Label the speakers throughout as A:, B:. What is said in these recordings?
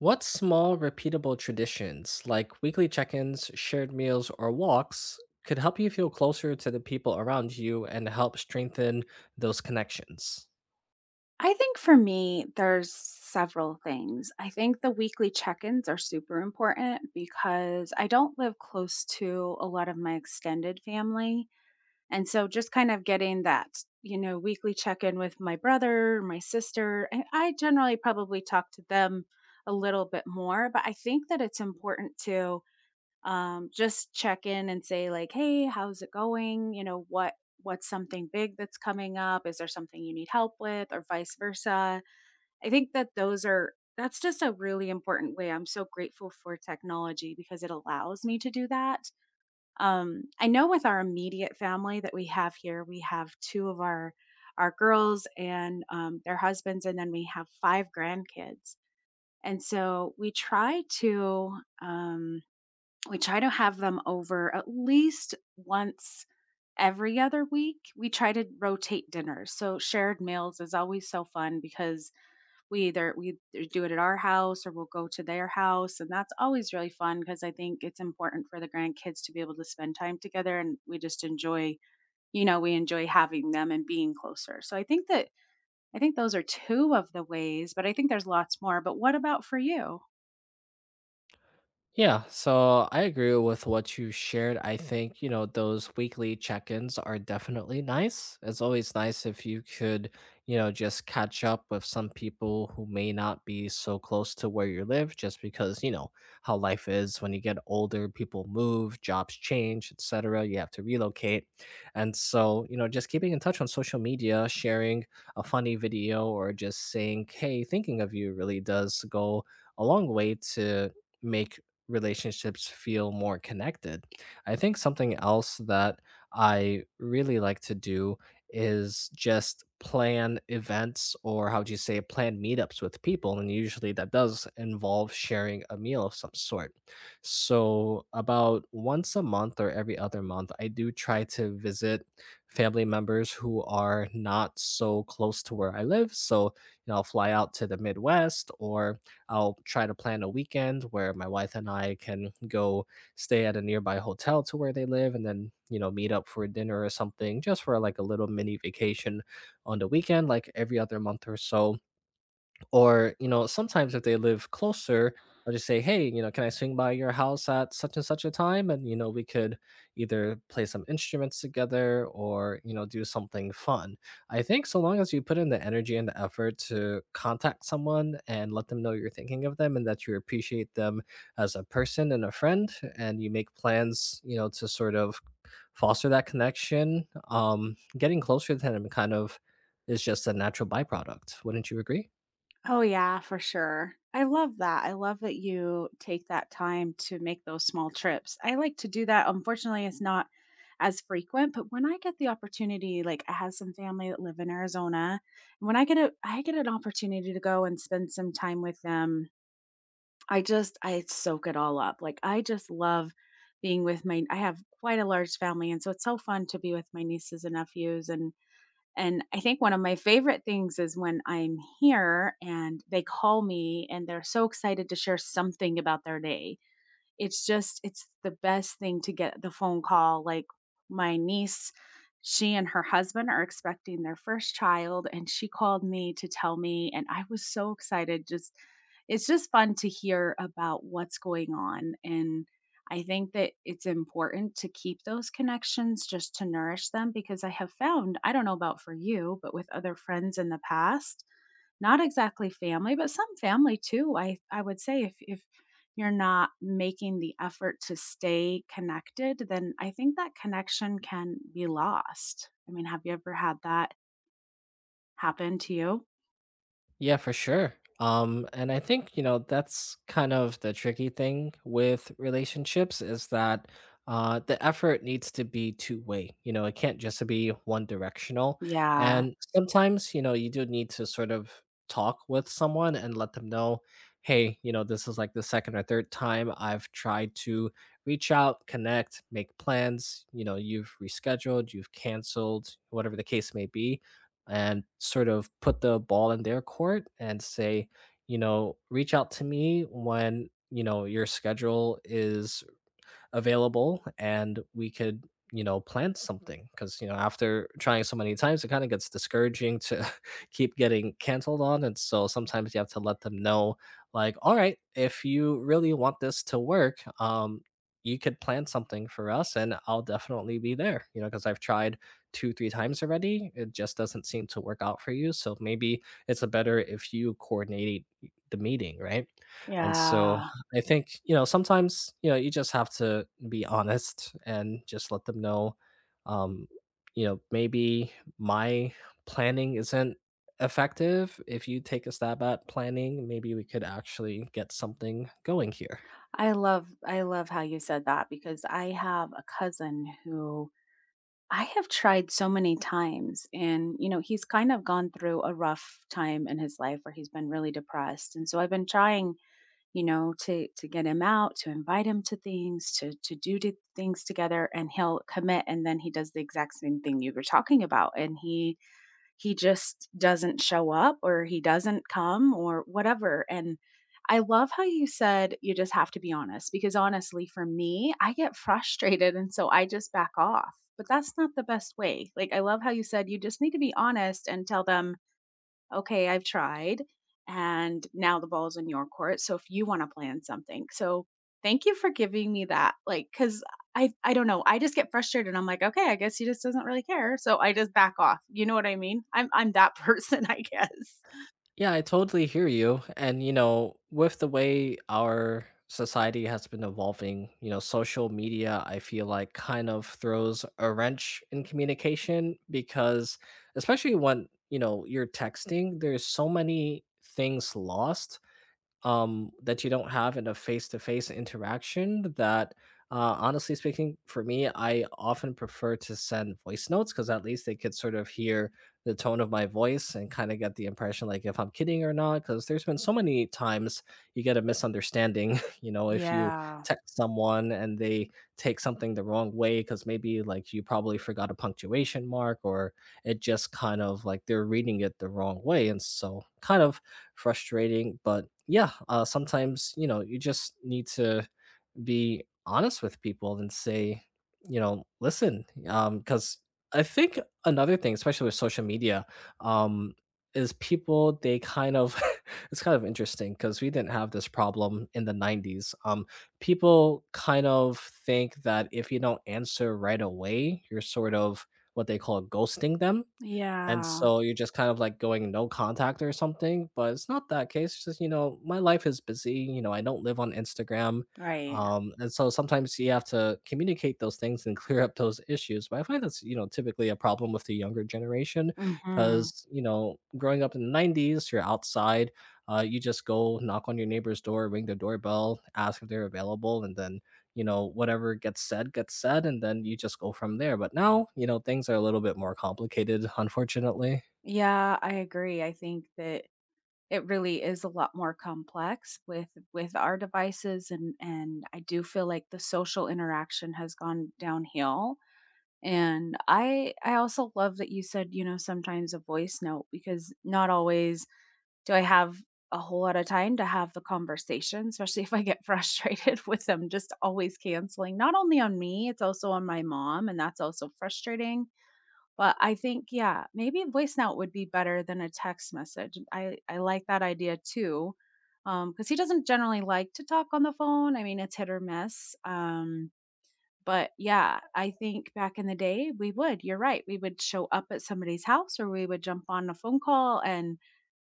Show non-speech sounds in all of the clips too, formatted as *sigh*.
A: What small, repeatable traditions, like weekly check ins, shared meals, or walks, could help you feel closer to the people around you and help strengthen those connections?
B: I think for me, there's several things. I think the weekly check ins are super important because I don't live close to a lot of my extended family. And so just kind of getting that, weekly check in with my brother, my sister, and I generally probably talk to them a little bit more. But I think that it's important to just check in and say, like, hey, how's it going? You know what's something big that's coming up? Is there something you need help with, or vice versa? I think that those are that's just a really important way. I'm so grateful for technology because it allows me to do that. I know, with our immediate family that we have here, we have two of our girls, and their husbands, and then we have five grandkids. And so we try to have them over at least once every other week. We try to rotate dinners. So shared meals is always so fun because we either do it at our house or we'll go to their house. And that's always really fun because I think it's important for the grandkids to be able to spend time together. And we just enjoy, we enjoy having them and being closer. So I think those are two of the ways, but I think there's lots more. But what about for you?
A: Yeah, so I agree with what you shared. I think, you know, those weekly check ins are definitely nice. It's always nice if you could, you know, just catch up with some people who may not be so close to where you live, just because, you know, how life is when you get older, people move, jobs change, etc. You have to relocate. And so, you know, just keeping in touch on social media, sharing a funny video, or just saying, "Hey, thinking of you," really does go a long way to make relationships feel more connected. I think something else that I really like to do is just plan events, or how do you say, plan meetups with people, and usually that does involve sharing a meal of some sort. So about once a month or every other month, I do try to visit family members who are not so close to where I live. So, you know, I'll fly out to the Midwest, or I'll try to plan a weekend where my wife and I can go stay at a nearby hotel to where they live, and then, you know, meet up for dinner or something, just for like a little mini vacation on the weekend, like every other month or so. Or, you know, sometimes if they live closer, I'll just say, "Hey, you know, can I swing by your house at such and such a time?" And, you know, we could either play some instruments together or, you know, do something fun. I think so long as you put in the energy and the effort to contact someone and let them know you're thinking of them and that you appreciate them as a person and a friend, and you make plans, you know, to sort of foster that connection, getting closer to them kind of is just a natural byproduct. Wouldn't you agree?
B: Oh, yeah, for sure. I love that. I love that you take that time to make those small trips. I like to do that. Unfortunately, it's not as frequent, but when I get the opportunity, like, I have some family that live in Arizona. And when I get an opportunity to go and spend some time with them, I just, I soak it all up. Like, I just love being with my I have quite a large family, and so it's so fun to be with my nieces and nephews. And I think one of my favorite things is when I'm here and they call me and they're so excited to share something about their day. It's just, it's the best thing to get the phone call. Like, my niece, she and her husband are expecting their first child, and she called me to tell me, and I was so excited. Just it's just fun to hear about what's going on. And I think that it's important to keep those connections just to nourish them, because I have found- I don't know about for you- but with other friends in the past, not exactly family, but some family too, I would say, if you're not making the effort to stay connected, then I think that connection can be lost. I mean, have you ever had that happen to you?
A: Yeah, for sure. And I think, you know, that's kind of the tricky thing with relationships, is that the effort needs to be two way. You know, it can't just be one directional.
B: Yeah.
A: And sometimes, you know, you do need to sort of talk with someone and let them know, hey, you know, this is like the second or third time I've tried to reach out, connect, make plans. You know, you've rescheduled, you've canceled, whatever the case may be, and sort of put the ball in their court and say, you know, reach out to me when, you know, your schedule is available and we could, you know, plan something, because, you know, after trying so many times, it kind of gets discouraging to *laughs* keep getting canceled on. And so sometimes you have to let them know, like, all right, if you really want this to work, you could plan something for us and I'll definitely be there, you know, because I've tried two three times already. It just doesn't seem to work out for you, so maybe it's a better if you coordinate the meeting, right? And so
B: Yeah.
A: I think, you know, sometimes, you know, you just have to be honest and just let them know, um, you know, maybe my planning isn't effective. If you take a stab at planning, maybe we could actually get something going here.
B: I love how you said that, because I have a cousin who I have tried so many times. And, he's kind of gone through a rough time in his life where he's been really depressed. And so I've been trying, to get him out, to invite him to things, to do to things together. And he'll commit, and then he does the exact same thing you were talking about. And he just doesn't show up, or he doesn't come, or whatever. And I love how you said you just have to be honest, because, honestly, for me, I get *laughs* frustrated, and so I just back off. But that's not the best way. Like, I love how you said you just need to be honest and tell them, okay, I've tried, and now the ball's in your court. So if you want to plan something, so thank you for giving me that. Like, because I don't know, I just get frustrated. And I'm like, okay, I guess he just doesn't really care. So I just back off. You know what I mean? I'm that *laughs* person, I guess.
A: Yeah, I totally hear you. And, you know, with the way our society has been evolving, you know, social media, I feel like, kind of throws a wrench in communication, because especially when, you know, you're texting, there's so many things lost that you don't have in a face-to-face interaction, that honestly speaking, for me, I often prefer to send voice notes, because at least they could sort of hear the tone of my voice and kind of get the impression, like, if I'm kidding or not, because there's been so many times you get a misunderstanding. *laughs* You know, if you
B: Yeah.
A: text someone and they take something the wrong way because maybe, like, you probably forgot a punctuation mark or it just kind of like they're reading it the wrong way, and so, kind of frustrating. But yeah, sometimes, you know, you just need to be honest with people and say, you know, listen, because I think another thing, especially with social media, um, is people, they kind of *laughs* it's kind of interesting because we didn't have this problem in the 90s. People kind of think that if you don't answer right away, you're sort of what they call ghosting them, and
B: Yeah.
A: so you're just kind of like going no contact or something. But it's not that case. It's just, you know, my life is busy. You know, I don't live on Instagram.
B: Right.
A: And so sometimes you have to communicate those things and *laughs* clear up those issues. But I find that's, you know, typically a problem with the younger generation
B: Hmm.
A: because, you know, growing up in the 90s, you're outside, you just go knock on your neighbor's door, ring the doorbell, ask if they're available, and then, you know, whatever gets said, gets said, and then you just go from there. But now, you know, things are a little bit more complicated, *laughs* unfortunately.
B: Yeah, I agree. I think that it really is a lot more complex with our devices, and I do feel like the social interaction has gone downhill. And I also love that you said, sometimes a voice note, because not always do I have a whole lot of time to have the conversation, especially *laughs* if I get *laughs* frustrated with them just always canceling. Not only on me, it's also on my mom, and that's also frustrating. But I think, yeah, maybe a voice note would be better than a text message. I like that idea too. Cuz he doesn't generally like to talk on the phone. I mean, it's hit or miss. But yeah, I think back in the day, we would. You're right. We would show up at somebody's house, or we would jump on a phone call. And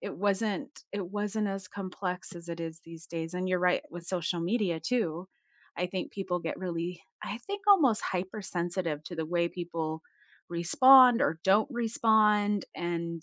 B: it wasn't as complex as it is these days. And you're right with social media too. I think people get really, I think, almost hypersensitive to the way people respond or don't respond. And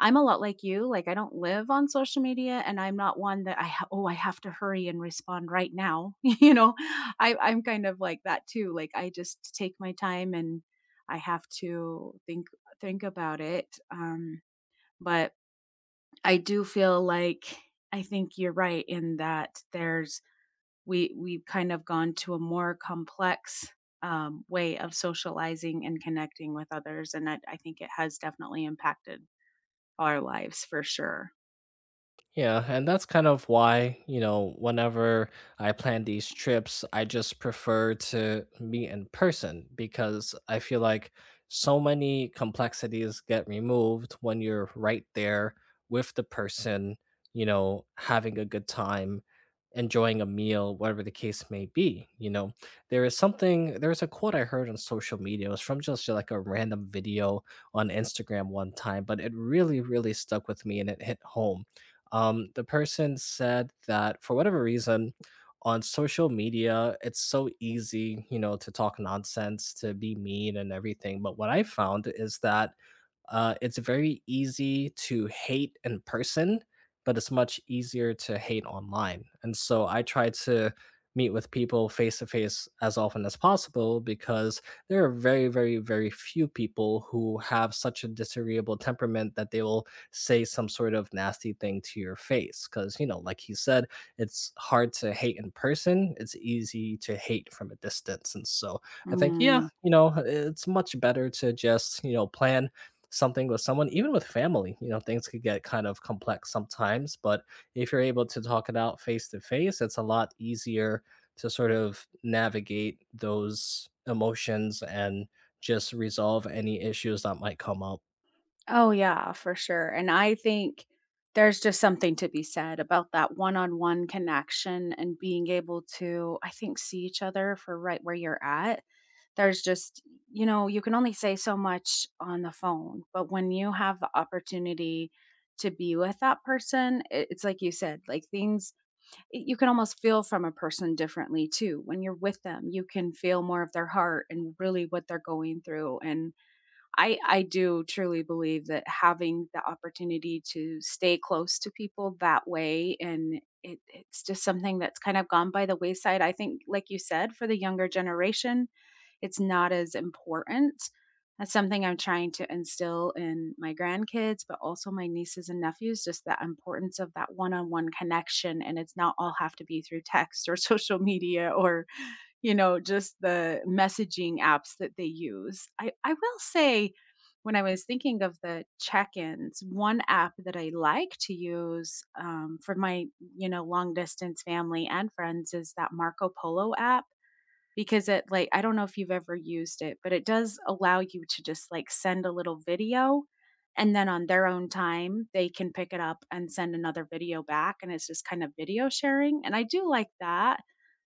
B: I'm a lot like you. Like, I don't live on social media, and I'm not one that oh, I have to hurry and respond right now. *laughs* I'm kind of like that too. Like, I just take my time, and I have to think about it. Um, but I do feel like I think you're right in that there's we we've kind of gone to a more complex way of socializing and connecting with others. And I think it has definitely impacted our lives for sure.
A: Yeah, and that's kind of why, you know, whenever I plan these trips, I just prefer to meet in person, because I feel like so many complexities get removed when you're right there with the person, you know, having a good time, enjoying a meal, whatever the case may be. You know, there is something, there's a quote I heard on social media. It was from just like a random video on Instagram one time, but it really, really stuck with me and it hit home. The person said that for whatever reason, on social media, it's so easy, you know, to talk nonsense, to be mean and everything. But what I found is that it's very easy to hate in person, but it's much easier to hate online. And so I try to meet with people face to face as often as possible, because there are very, very, very few people who have such a disagreeable temperament that they will say some sort of nasty thing to your face. Because, you know, like he said, it's hard to hate in person, it's easy to hate from a distance. And so I think, yeah,
B: Mm.
A: you know, it's much better to just, you know, plan something with someone, even with family. You know, things could get kind of complex sometimes, but if you're able to talk it out face to face, it's a lot easier to sort of navigate those emotions and just resolve any issues that might come up.
B: Oh, yeah, for sure. And I think there's just something to be said about that one on one connection, and being able to, I think, see each other for right where you're at. There's just, you can only say so much on the phone. But when you have the opportunity to be with that person, it's like you said, like, things, you can almost feel from a person differently too. When you're with them, you can feel more of their heart and really what they're going through. And I do truly believe that having the opportunity to stay close to people that way, and it's just something that's kind of gone by the wayside. I think, like you said, for the younger generation, it's not as important. That's something I'm trying to instill in my grandkids, but also my nieces and nephews, just the importance of that one on one connection. And it's not all have to be through text, or *laughs* social media, or just the messaging apps that they use. I will say, when I was thinking of the check-ins, one app that I like to use, for my, long distance family and friends, is that Marco Polo app. Because it, like, I don't know if you've ever used it, but it does allow you to just, like, send a little video, and then on their own time they can pick it up and send another video back. And it's just kind of video sharing, and I do like that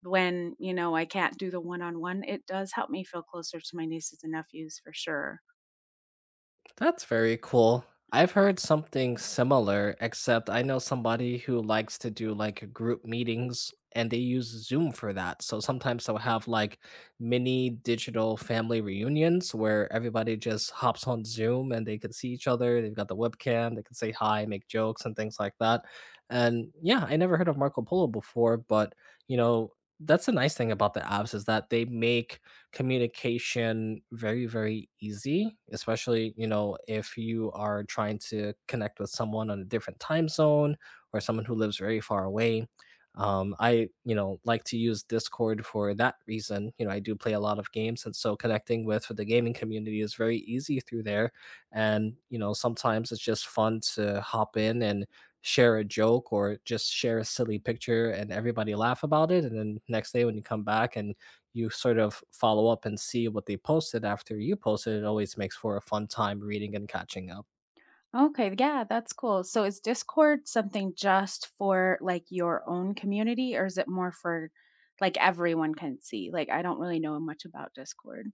B: when, I can't do the one-on-one, it does help me feel closer to my nieces and nephews for sure.
A: That's very cool. I've heard something similar, except I know somebody who likes to do like group meetings, and they use Zoom for that. So sometimes they'll have like mini digital family reunions where everybody just hops on Zoom and they can see each other. They've got the webcam, they can say hi, make jokes, and things like that. And yeah, I never heard of Marco Polo before, but, you know, that's the nice thing about the apps, is that they make communication very very easy, especially, you know, if you are trying to connect with someone on a different time zone or someone who lives very far away. I, you know, like to use Discord for that reason. You know, I do play a lot of games, and so connecting with the gaming community is very easy through there. And, you know, sometimes it's just fun to hop in and share a joke or just share a silly picture and everybody laugh about it, and then next day when you come back and you sort of follow up and see what they posted after you posted, it always makes for a fun time reading and catching up.
B: Okay, yeah, that's cool. So is Discord something just for, like, your own community, or is it more for, like, everyone can see? Like, I don't really know much about Discord.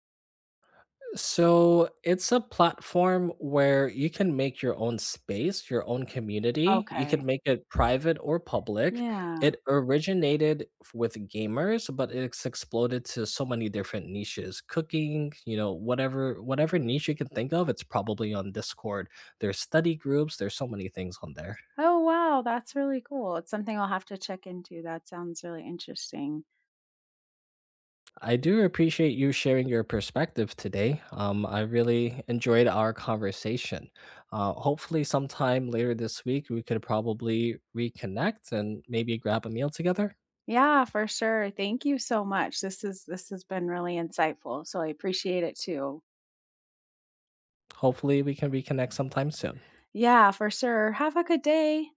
A: So it's a platform where you can make your own space, your own community. You can
B: Okay.
A: make it private or public. It
B: Yeah.
A: originated with gamers, but it's exploded to so many different niches. Cooking, you know, whatever niche you can think of, it's probably on Discord. There's study groups, there's so many things on there.
B: Oh, wow. That's really cool. It's something I'll have to check into. That sounds really interesting.
A: I do appreciate you sharing your perspective today. I really enjoyed our conversation. Hopefully, sometime later this week, we could probably reconnect and maybe grab a meal together.
B: Yeah, for sure. Thank you so much. This has been really insightful. So I appreciate it too.
A: Hopefully, we can reconnect sometime soon.
B: Yeah, for sure. Have a good day.